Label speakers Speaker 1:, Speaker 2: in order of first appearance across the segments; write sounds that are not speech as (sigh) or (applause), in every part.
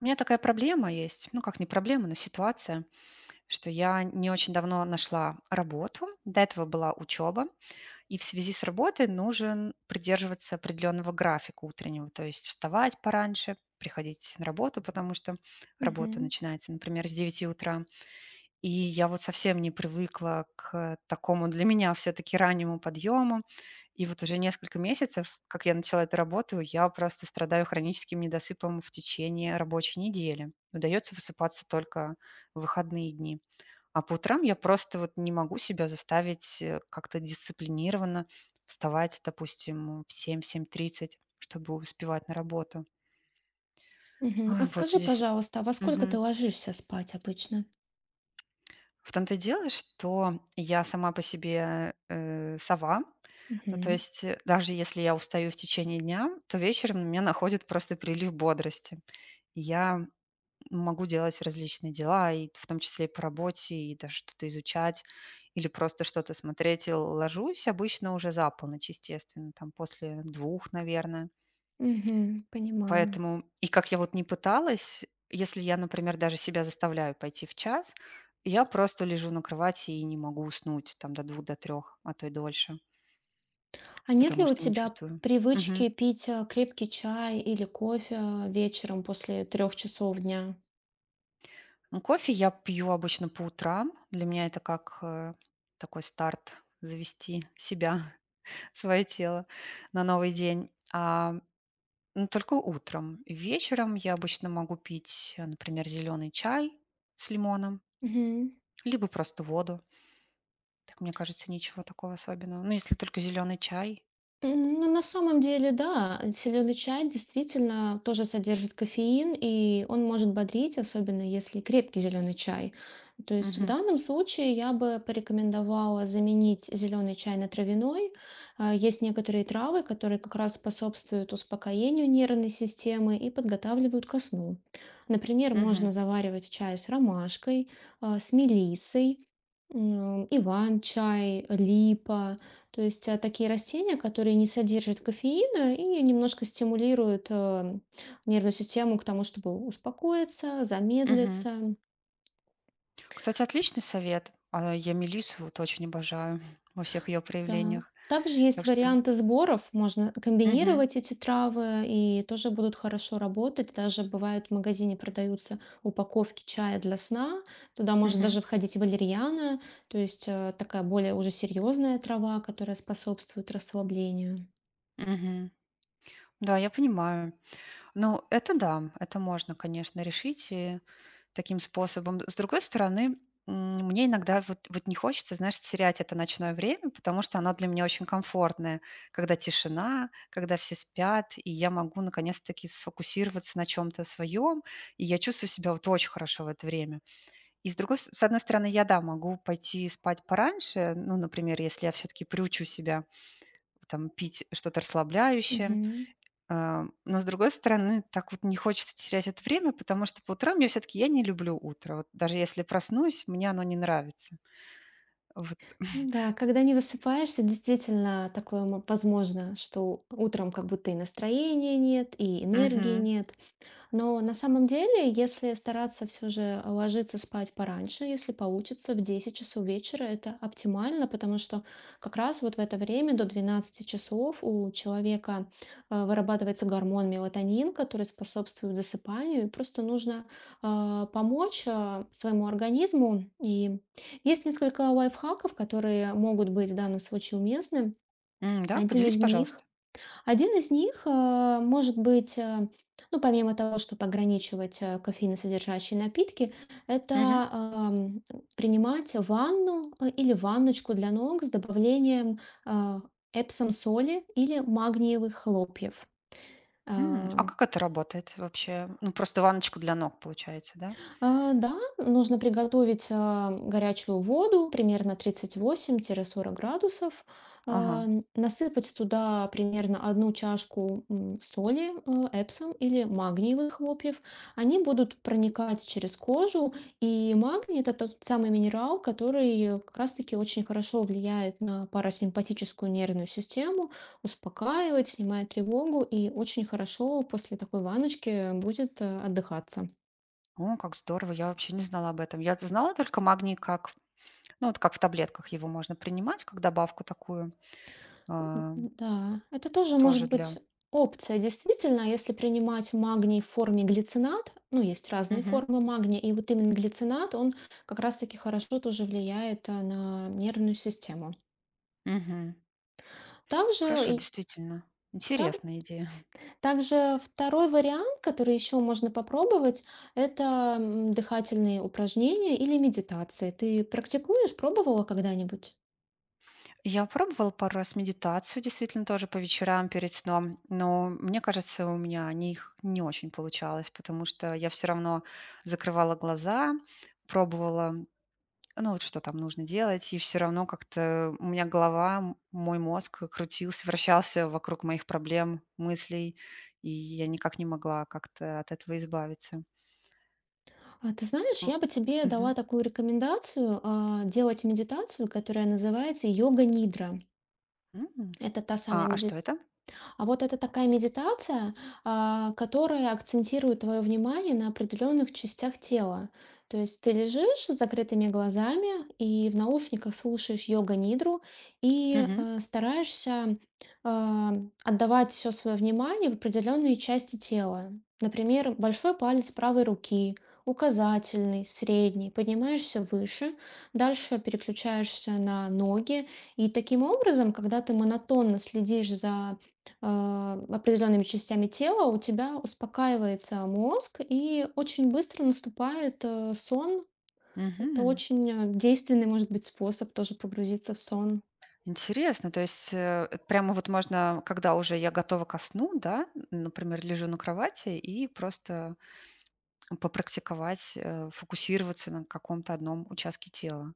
Speaker 1: У меня такая проблема есть, ну как не проблема, но ситуация, что я не очень давно нашла работу, до этого была учеба, и в связи с работой нужен придерживаться определенного графика утреннего, то есть вставать пораньше, приходить на работу, потому что работа
Speaker 2: Мгм.
Speaker 1: начинается, например, с 9 утра, и я вот совсем не привыкла к такому для меня все-таки раннему подъему. И вот уже несколько месяцев, как я начала эту работу, я просто страдаю хроническим недосыпом в течение рабочей недели. Удается высыпаться только в выходные дни. А по утрам я просто вот не могу себя заставить как-то дисциплинированно вставать, допустим, в 7-7:30, чтобы успевать на работу.
Speaker 2: Мгм. А
Speaker 1: А, вот
Speaker 2: скажи,
Speaker 1: здесь.
Speaker 2: пожалуйста, а во сколько ты
Speaker 1: Мгм.
Speaker 2: ложишься спать обычно?
Speaker 1: В том-то и дело, что я сама по себе, сова. Ну, то
Speaker 2: Мгм.
Speaker 1: есть, даже если я устаю в течение дня, то вечером меня находит просто прилив бодрости. И я могу делать различные дела, и в том числе и по работе, и даже что-то изучать, или просто что-то смотреть. И ложусь обычно уже за полночь, естественно, там после двух, наверное.
Speaker 2: Мгм. Понимаю.
Speaker 1: Поэтому и как я вот не пыталась, если я, например, даже себя заставляю пойти в час, я просто лежу на кровати и не могу уснуть там до двух, до трех, а то и дольше,
Speaker 2: А нет ли
Speaker 1: потому
Speaker 2: у
Speaker 1: что не
Speaker 2: тебя
Speaker 1: чувствую. Мгм.
Speaker 2: привычки пить, крепкий чай или кофе вечером после трех часов дня?
Speaker 1: Ну, кофе я пью обычно по утрам. Для меня это как, такой старт завести себя, (laughs) свое тело на новый день. Ну, только утром. Вечером я обычно могу пить, например, зеленый чай с лимоном,
Speaker 2: Мгм.
Speaker 1: либо просто воду. Мне кажется, ничего такого особенного. Ну, если только зеленый чай.
Speaker 2: Ну, на самом деле, да, зеленый чай действительно тоже содержит кофеин, и он может бодрить, особенно если крепкий зеленый чай. То есть в
Speaker 1: Мгм.
Speaker 2: данном случае я бы порекомендовала заменить зеленый чай на травяной. А, Есть некоторые травы, которые как раз способствуют успокоению нервной системы и подготавливают ко сну. Например,
Speaker 1: Мгм.
Speaker 2: можно заваривать чай с ромашкой, а, с мелиссой, м, иван-чай, липа. То есть такие растения, которые не содержат кофеина и немножко стимулируют нервную систему к тому, чтобы успокоиться,
Speaker 1: Мгм.
Speaker 2: замедлиться.
Speaker 1: Кстати, отличный совет. Я мелиссу вот очень обожаю (laughs) во всех ее
Speaker 2: Да.
Speaker 1: проявлениях.
Speaker 2: Также есть
Speaker 1: Так что.
Speaker 2: варианты сборов, можно
Speaker 1: Мгм.
Speaker 2: комбинировать эти травы и тоже будут хорошо работать. Даже бывают в магазине продаются упаковки чая для сна, туда может
Speaker 1: Мгм.
Speaker 2: даже входить валерьяна, то есть такая более уже серьезная трава, которая способствует расслаблению.
Speaker 1: Мгм. Да, я понимаю. Ну, это да, это можно, конечно, решить и таким способом. С другой стороны, мне иногда вот не хочется, знаешь, терять это ночное время, потому что оно для меня очень комфортное, когда тишина, когда все спят, и я могу наконец-таки сфокусироваться на чем-то своем, и я чувствую себя вот очень хорошо в это время. И с другой, с одной стороны, я, да, могу пойти спать пораньше, ну, например, если я все-таки приучу себя там пить что-то расслабляющее,
Speaker 2: Мгм.
Speaker 1: но, с другой стороны, так вот не хочется терять это время, потому что по утрам я все таки я не люблю утро. Вот даже если проснусь, мне оно не нравится. Вот.
Speaker 2: Ну да, когда не высыпаешься, действительно такое возможно, что утром как будто и настроения нет, и энергии
Speaker 1: Мгм.
Speaker 2: нет, но на самом деле, если стараться все же ложиться спать пораньше, если получится, в 10 часов вечера это оптимально, потому что как раз вот в это время до 12 часов у человека вырабатывается гормон мелатонин, который способствует засыпанию, и просто нужно помочь своему организму. И есть несколько лайфхаков, которые могут быть в данном случае уместны.
Speaker 1: Да,
Speaker 2: Один
Speaker 1: поделись,
Speaker 2: из
Speaker 1: пожалуйста.
Speaker 2: них один из них, может быть, ну, помимо того, чтобы ограничивать кофеиносодержащие напитки,
Speaker 1: Мгм.
Speaker 2: это ам, принимать ванну или ванночку для ног с добавлением э, эпсом соли или магниевых хлопьев.
Speaker 1: А
Speaker 2: Э,
Speaker 1: как это работает вообще? Ну, просто ванночку для ног, получается, да?
Speaker 2: Да, нужно приготовить, а, горячую воду примерно 38-40 градусов,
Speaker 1: Ага.
Speaker 2: насыпать туда примерно одну чашку соли, эпсом или магниевых хлопьев. Они будут проникать через кожу, и магний– это тот самый минерал, который как раз-таки очень хорошо влияет на парасимпатическую нервную систему, успокаивает, снимает тревогу, и очень хорошо после такой ванночки будет отдыхаться.
Speaker 1: О, как здорово, я вообще не знала об этом. Я знала только магний как, ну, вот как в таблетках его можно принимать, как добавку такую,
Speaker 2: М,
Speaker 1: а,
Speaker 2: Да, это тоже
Speaker 1: тоже
Speaker 2: может
Speaker 1: для.
Speaker 2: быть опция. Действительно, если принимать магний в форме глицинат, ну, есть разные
Speaker 1: Мгм,
Speaker 2: формы магния, и вот именно глицинат, он как раз-таки хорошо тоже влияет на нервную систему.
Speaker 1: мгм.
Speaker 2: Также,
Speaker 1: Хорошо,
Speaker 2: и-
Speaker 1: действительно.
Speaker 2: так-
Speaker 1: Интересная идея.
Speaker 2: также второй вариант, который еще можно попробовать, это дыхательные упражнения или медитации. Ты практикуешь, пробовала когда-нибудь?
Speaker 1: Я пробовала пару раз медитацию, действительно, тоже по вечерам перед сном, но мне кажется, у меня у их не очень получалось, потому что я все равно закрывала глаза, пробовала, ну вот что там нужно делать, и все равно как-то у меня голова, мой мозг крутился, вращался вокруг моих проблем, мыслей, и я никак не могла как-то от этого избавиться.
Speaker 2: А ты знаешь,
Speaker 1: М,
Speaker 2: я бы тебе
Speaker 1: мгм.
Speaker 2: дала такую рекомендацию, а, делать медитацию, которая называется йога-нидра.
Speaker 1: М.
Speaker 2: Это та
Speaker 1: А,
Speaker 2: самая
Speaker 1: а что
Speaker 2: меди-
Speaker 1: это?
Speaker 2: а вот это такая медитация, а, которая акцентирует твое внимание на определенных частях тела. То есть ты лежишь с закрытыми глазами и в наушниках слушаешь йога-нидру и
Speaker 1: Мгм.
Speaker 2: стараешься а, отдавать все свое внимание в определенные части тела. Например, большой палец правой руки, указательный, средний, поднимаешься выше, дальше переключаешься на ноги. И таким образом, когда ты монотонно следишь за а, определенными частями тела, у тебя успокаивается мозг и очень быстро наступает сон. Это
Speaker 1: Мгм.
Speaker 2: очень действенный, может быть, способ тоже погрузиться в сон.
Speaker 1: Интересно, то есть, это прямо вот можно, когда уже я готова ко сну, да, например, лежу на кровати и просто попрактиковать, фокусироваться на каком-то одном участке тела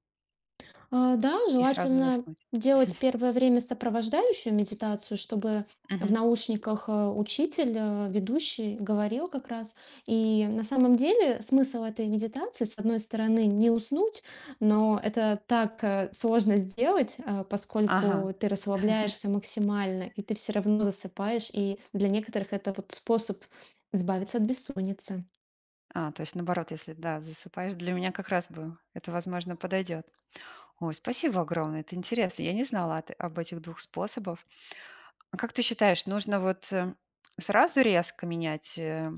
Speaker 2: Да,
Speaker 1: и сразу
Speaker 2: желательно
Speaker 1: заснуть.
Speaker 2: делать первое время сопровождающую медитацию, чтобы в
Speaker 1: Мгм.
Speaker 2: наушниках учитель, ведущий говорил как раз. И на самом деле смысл этой медитации, с одной стороны, не уснуть, но это так сложно сделать,
Speaker 1: Ага.
Speaker 2: поскольку ты расслабляешься максимально, и ты все равно засыпаешь, и для некоторых это вот способ избавиться от бессонницы.
Speaker 1: А, то есть наоборот, если, да, засыпаешь, для меня как раз бы это, возможно, подойдет. Ой, спасибо огромное, это интересно. Я не знала от об этих двух способах. А как ты считаешь, нужно вот, сразу резко менять,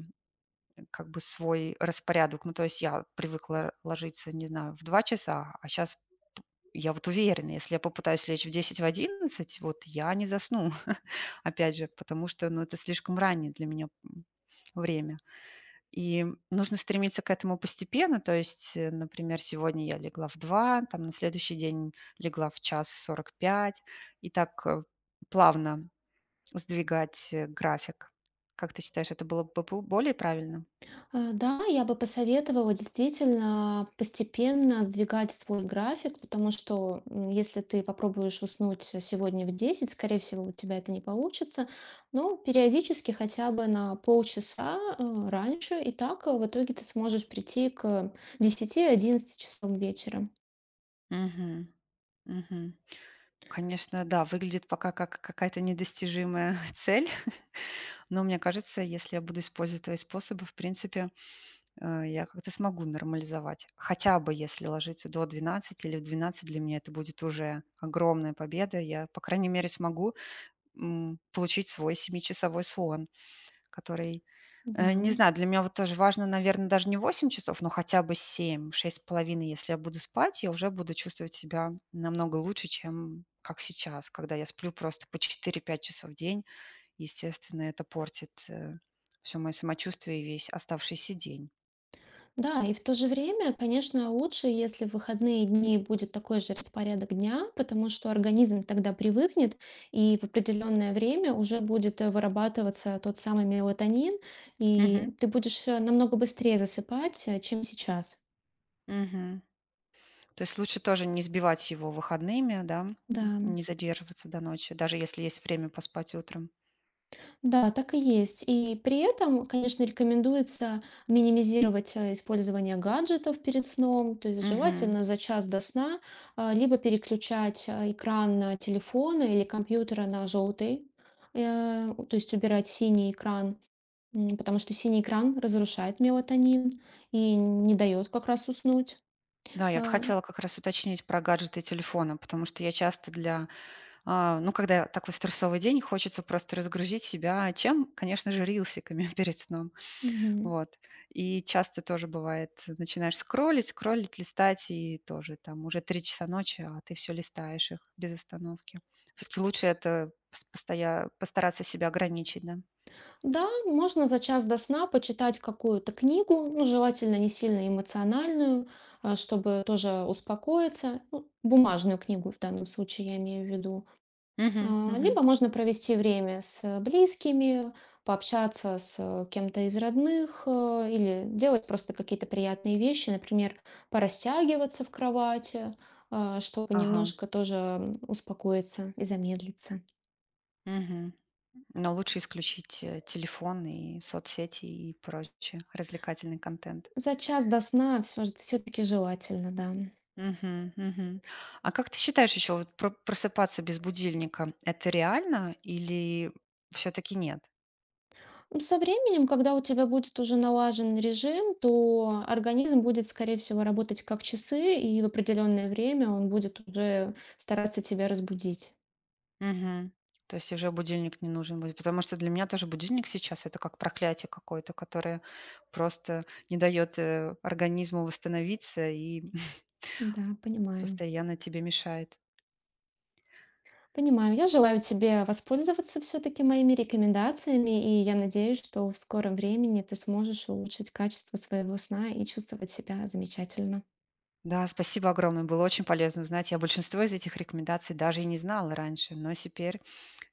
Speaker 1: как бы свой распорядок. Ну, то есть я привыкла ложиться, не знаю, в 2 часа, а сейчас я вот уверена, если я попытаюсь лечь в 10 в 11, вот я не засну, (laughs) опять же, потому что, ну, это слишком раннее для меня, время. И нужно стремиться к этому постепенно. То есть, например, сегодня я легла в 2, там на следующий день легла в 1:45, и так, плавно сдвигать, график. Как ты считаешь, это было бы бу более правильно?
Speaker 2: Да, я бы посоветовала действительно постепенно сдвигать свой график, потому что если ты попробуешь уснуть сегодня в 10, скорее всего, у тебя это не получится, но периодически хотя бы на полчаса раньше, и так в итоге ты сможешь прийти к десяти-одиннадцати часам вечера.
Speaker 1: Мгм. Мгм. Конечно, да, выглядит пока как какая-то недостижимая (laughs) цель, (laughs) но мне кажется, если я буду использовать твои способы, в принципе, я как-то смогу нормализовать. Хотя бы если ложиться до 12 или в 12 для меня это будет уже огромная победа. Я, по крайней мере, смогу получить свой семичасовой сон. Который,
Speaker 2: Да.
Speaker 1: не знаю, для меня вот тоже важно, наверное даже не 8 часов, но хотя бы 7, 6,5. Если я буду спать, я уже буду чувствовать себя намного лучше, чем как сейчас, когда я сплю просто по 4-5 часов в день. Естественно, это портит, все всё мое самочувствие и весь оставшийся день.
Speaker 2: Да, и в то же время, конечно, лучше, если в выходные дни будет такой же распорядок дня, потому что организм тогда привыкнет, и в определенное время уже будет вырабатываться тот самый мелатонин, и
Speaker 1: Мгм,
Speaker 2: ты будешь намного быстрее засыпать, чем сейчас.
Speaker 1: мгм. То есть лучше тоже не сбивать его выходными, да, н
Speaker 2: Да.
Speaker 1: не задерживаться до ночи, даже если есть время поспать утром.
Speaker 2: Да, так и есть. И при этом, конечно, рекомендуется минимизировать использование гаджетов перед сном, то есть
Speaker 1: Мгм.
Speaker 2: желательно за час до сна либо переключать экран на телефона или компьютера на желтый, то есть убирать синий экран, потому что синий экран разрушает мелатонин и не дает как раз уснуть.
Speaker 1: Да, я вот
Speaker 2: А,
Speaker 1: хотела как раз уточнить про гаджеты и телефоны, потому что я часто ну, когда такой стрессовый день, хочется просто разгрузить себя, чем, конечно же, рилсиками (laughs) перед сном.
Speaker 2: мгм.
Speaker 1: Вот. И часто тоже бывает, начинаешь скроллить, скроллить, листать, и тоже там уже 3 часа ночи, а ты все листаешь их без остановки. Все-таки лучше это постараться себя ограничить, да?
Speaker 2: Да, можно за час до сна почитать какую-то книгу, ну, желательно не сильно эмоциональную, а, чтобы тоже успокоиться. Ну, бумажную книгу в данном случае я имею в виду.
Speaker 1: Мгм,
Speaker 2: А,
Speaker 1: мгм.
Speaker 2: Либо можно провести время с близкими, пообщаться с кем-то из родных э, или делать просто какие-то приятные вещи, например, порастягиваться в кровати, а, чтобы
Speaker 1: Ага.
Speaker 2: немножко тоже успокоиться и замедлиться.
Speaker 1: Мгм. Но лучше исключить, телефон и соцсети и прочее, развлекательный контент.
Speaker 2: За час до сна все-таки желательно, да.
Speaker 1: Мгм, мгм. А как ты считаешь еще, вот про просыпаться без будильника — это реально или все таки нет?
Speaker 2: Со временем, когда у тебя будет уже налажен режим, то организм будет, скорее всего, работать как часы, и в определенное время он будет уже стараться тебя разбудить.
Speaker 1: Мгм. То есть уже будильник не нужен будет, потому что для меня тоже будильник сейчас — это как проклятие какое-то, которое просто не дает, организму восстановиться и (laughs)
Speaker 2: Да, понимаю.
Speaker 1: постоянно тебе мешает.
Speaker 2: Понимаю. Я желаю тебе воспользоваться все-таки моими рекомендациями, и я надеюсь, что в скором времени ты сможешь улучшить качество своего сна и чувствовать себя замечательно.
Speaker 1: Да, спасибо огромное, было очень полезно узнать. Я большинство из этих рекомендаций даже и не знала раньше, но теперь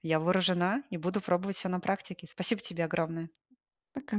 Speaker 1: я вооружена и буду пробовать все на практике. Спасибо тебе огромное.
Speaker 2: Пока.